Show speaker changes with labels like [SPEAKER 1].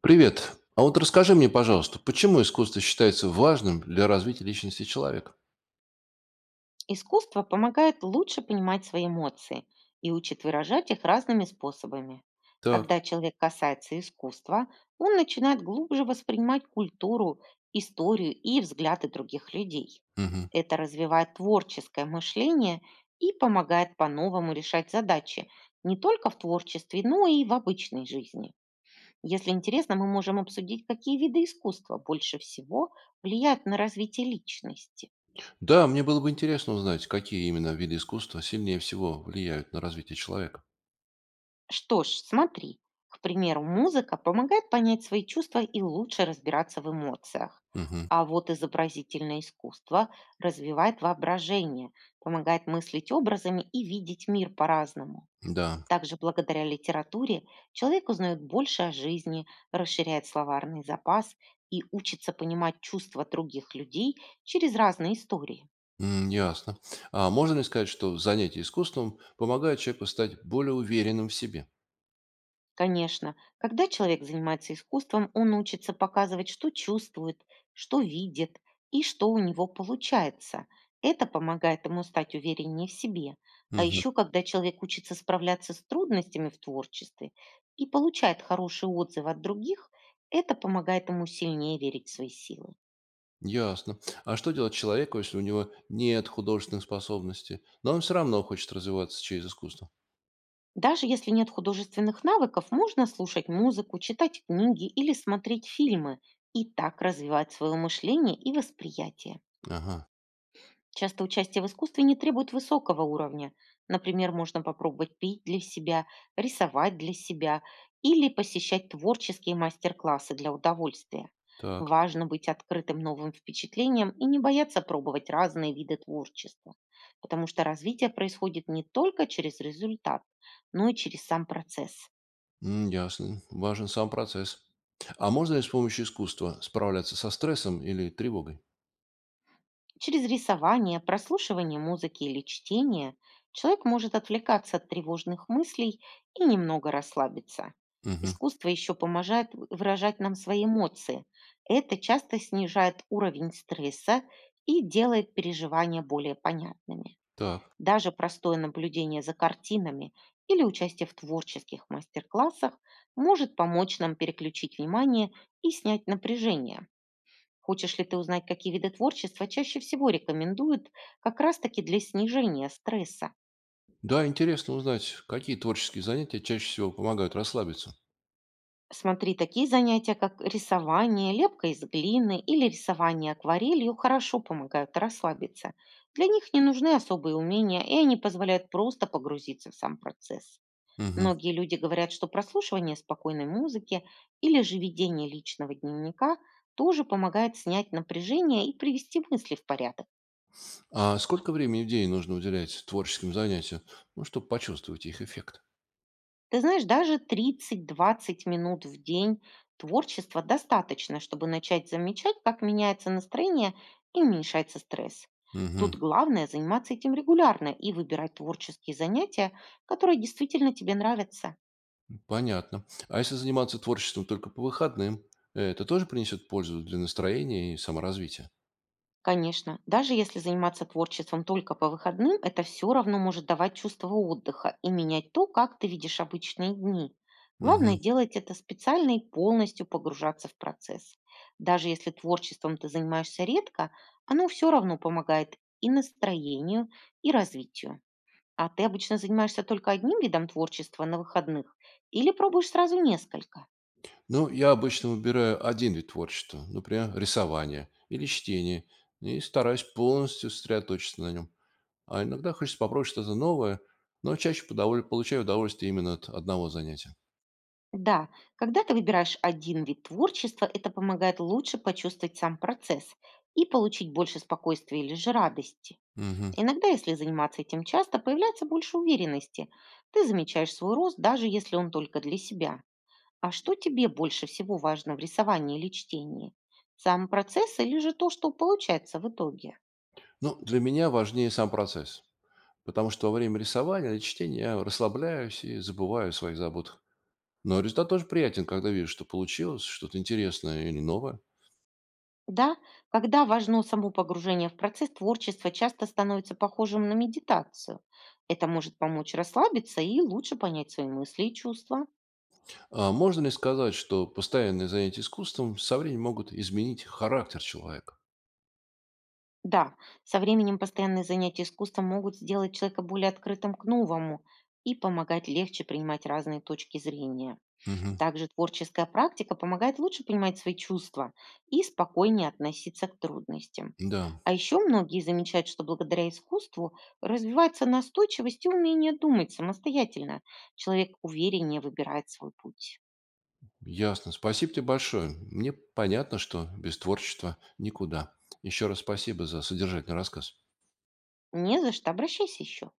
[SPEAKER 1] Привет. А вот расскажи мне, пожалуйста, почему искусство считается важным для развития личности человека?
[SPEAKER 2] Искусство помогает лучше понимать свои эмоции и учит выражать их разными способами.
[SPEAKER 1] Так.
[SPEAKER 2] Когда человек касается искусства, он начинает глубже воспринимать культуру, историю и взгляды других людей.
[SPEAKER 1] Мгм.
[SPEAKER 2] Это развивает творческое мышление и помогает по-новому решать задачи не только в творчестве, но и в обычной жизни. Если интересно, мы можем обсудить, какие виды искусства больше всего влияют на развитие личности.
[SPEAKER 1] Да, мне было бы интересно узнать, какие именно виды искусства сильнее всего влияют на развитие человека.
[SPEAKER 2] Что ж, смотри, к примеру, музыка помогает понять свои чувства и лучше разбираться в эмоциях.
[SPEAKER 1] Мгм.
[SPEAKER 2] А вот изобразительное искусство развивает воображение, помогает мыслить образами и видеть мир по-разному.
[SPEAKER 1] Да.
[SPEAKER 2] Также благодаря литературе человек узнает больше о жизни, расширяет словарный запас и учится понимать чувства других людей через разные истории.
[SPEAKER 1] М, ясно. А можно ли сказать, что занятие искусством помогает человеку стать более уверенным в себе?
[SPEAKER 2] Конечно. Когда человек занимается искусством, он учится показывать, что чувствует, что видит и что у него получается. Это помогает ему стать увереннее в себе. А
[SPEAKER 1] Мгм.
[SPEAKER 2] еще, когда человек учится справляться с трудностями в творчестве и получает хорошие отзывы от других, это помогает ему сильнее верить в свои силы.
[SPEAKER 1] Ясно. А что делать человеку, если у него нет художественных способностей, но он все равно хочет развиваться через искусство?
[SPEAKER 2] Даже если нет художественных навыков, можно слушать музыку, читать книги или смотреть фильмы и так развивать свое мышление и восприятие.
[SPEAKER 1] Ага.
[SPEAKER 2] Часто участие в искусстве не требует высокого уровня. Например, можно попробовать пить для себя, рисовать для себя или посещать творческие мастер-классы для удовольствия.
[SPEAKER 1] Так.
[SPEAKER 2] Важно быть открытым новым впечатлениям и не бояться пробовать разные виды творчества, потому что развитие происходит не только через результат, но и через сам процесс.
[SPEAKER 1] М, ясно. Важен сам процесс. А можно ли с помощью искусства справляться со стрессом или тревогой?
[SPEAKER 2] Через рисование, прослушивание музыки или чтение человек может отвлекаться от тревожных мыслей и немного расслабиться.
[SPEAKER 1] Мгм.
[SPEAKER 2] Искусство еще помогает выражать нам свои эмоции. Это часто снижает уровень стресса и делает переживания более понятными.
[SPEAKER 1] Так.
[SPEAKER 2] Даже простое наблюдение за картинами или участие в творческих мастер-классах может помочь нам переключить внимание и снять напряжение. Хочешь ли ты узнать, какие виды творчества чаще всего рекомендуют как раз-таки для снижения стресса?
[SPEAKER 1] Да, интересно узнать, какие творческие занятия чаще всего помогают расслабиться.
[SPEAKER 2] Смотри, такие занятия, как рисование, лепка из глины или рисование акварелью, хорошо помогают расслабиться. Для них не нужны особые умения, и они позволяют просто погрузиться в сам процесс.
[SPEAKER 1] Мгм.
[SPEAKER 2] Многие люди говорят, что прослушивание спокойной музыки или же ведение личного дневника тоже помогает снять напряжение и привести мысли в порядок.
[SPEAKER 1] А сколько времени в день нужно уделять творческим занятиям, ну, чтобы почувствовать их эффект?
[SPEAKER 2] Ты знаешь, даже 30-20 минут в день творчества достаточно, чтобы начать замечать, как меняется настроение и уменьшается стресс. Тут
[SPEAKER 1] Мгм.
[SPEAKER 2] главное заниматься этим регулярно и выбирать творческие занятия, которые действительно тебе нравятся.
[SPEAKER 1] Понятно. А если заниматься творчеством только по выходным, это тоже принесет пользу для настроения и саморазвития?
[SPEAKER 2] Конечно, даже если заниматься творчеством только по выходным, это все равно может давать чувство отдыха и менять то, как ты видишь обычные дни. Главное
[SPEAKER 1] Мгм.
[SPEAKER 2] делать это специально и полностью погружаться в процесс. Даже если творчеством ты занимаешься редко, оно все равно помогает и настроению, и развитию. А ты обычно занимаешься только одним видом творчества на выходных или пробуешь сразу несколько?
[SPEAKER 1] Ну, я обычно выбираю один вид творчества, например, рисование или чтение, и стараюсь полностью сосредоточиться на нем. А иногда хочется попробовать что-то новое, но чаще получаю удовольствие именно от одного занятия.
[SPEAKER 2] Да, когда ты выбираешь один вид творчества, это помогает лучше почувствовать сам процесс и получить больше спокойствия или же радости.
[SPEAKER 1] Мгм.
[SPEAKER 2] Иногда, если заниматься этим часто, появляется больше уверенности. Ты замечаешь свой рост, даже если он только для себя. А что тебе больше всего важно в рисовании или чтении? Сам процесс или же то, что получается в итоге?
[SPEAKER 1] Ну, для меня важнее сам процесс, потому что во время рисования или чтения я расслабляюсь и забываю о своих заботах. Но результат тоже приятен, когда вижу, что получилось что-то интересное или новое.
[SPEAKER 2] Да, когда важно само погружение в процесс, творчество часто становится похожим на медитацию. Это может помочь расслабиться и лучше понять свои мысли и чувства.
[SPEAKER 1] А можно ли сказать, что постоянные занятия искусством со временем могут изменить характер человека?
[SPEAKER 2] Да, со временем постоянные занятия искусством могут сделать человека более открытым к новому и помогать легче принимать разные точки зрения.
[SPEAKER 1] Мгм.
[SPEAKER 2] Также творческая практика помогает лучше понимать свои чувства и спокойнее относиться к трудностям.
[SPEAKER 1] Да,
[SPEAKER 2] А еще многие замечают, что благодаря искусству развивается настойчивость и умение думать самостоятельно. Человек увереннее выбирает свой путь.
[SPEAKER 1] ясно. Спасибо тебе большое. Мне понятно, что без творчества никуда. Еще раз спасибо за содержательный рассказ.
[SPEAKER 2] Не за что, обращайся еще.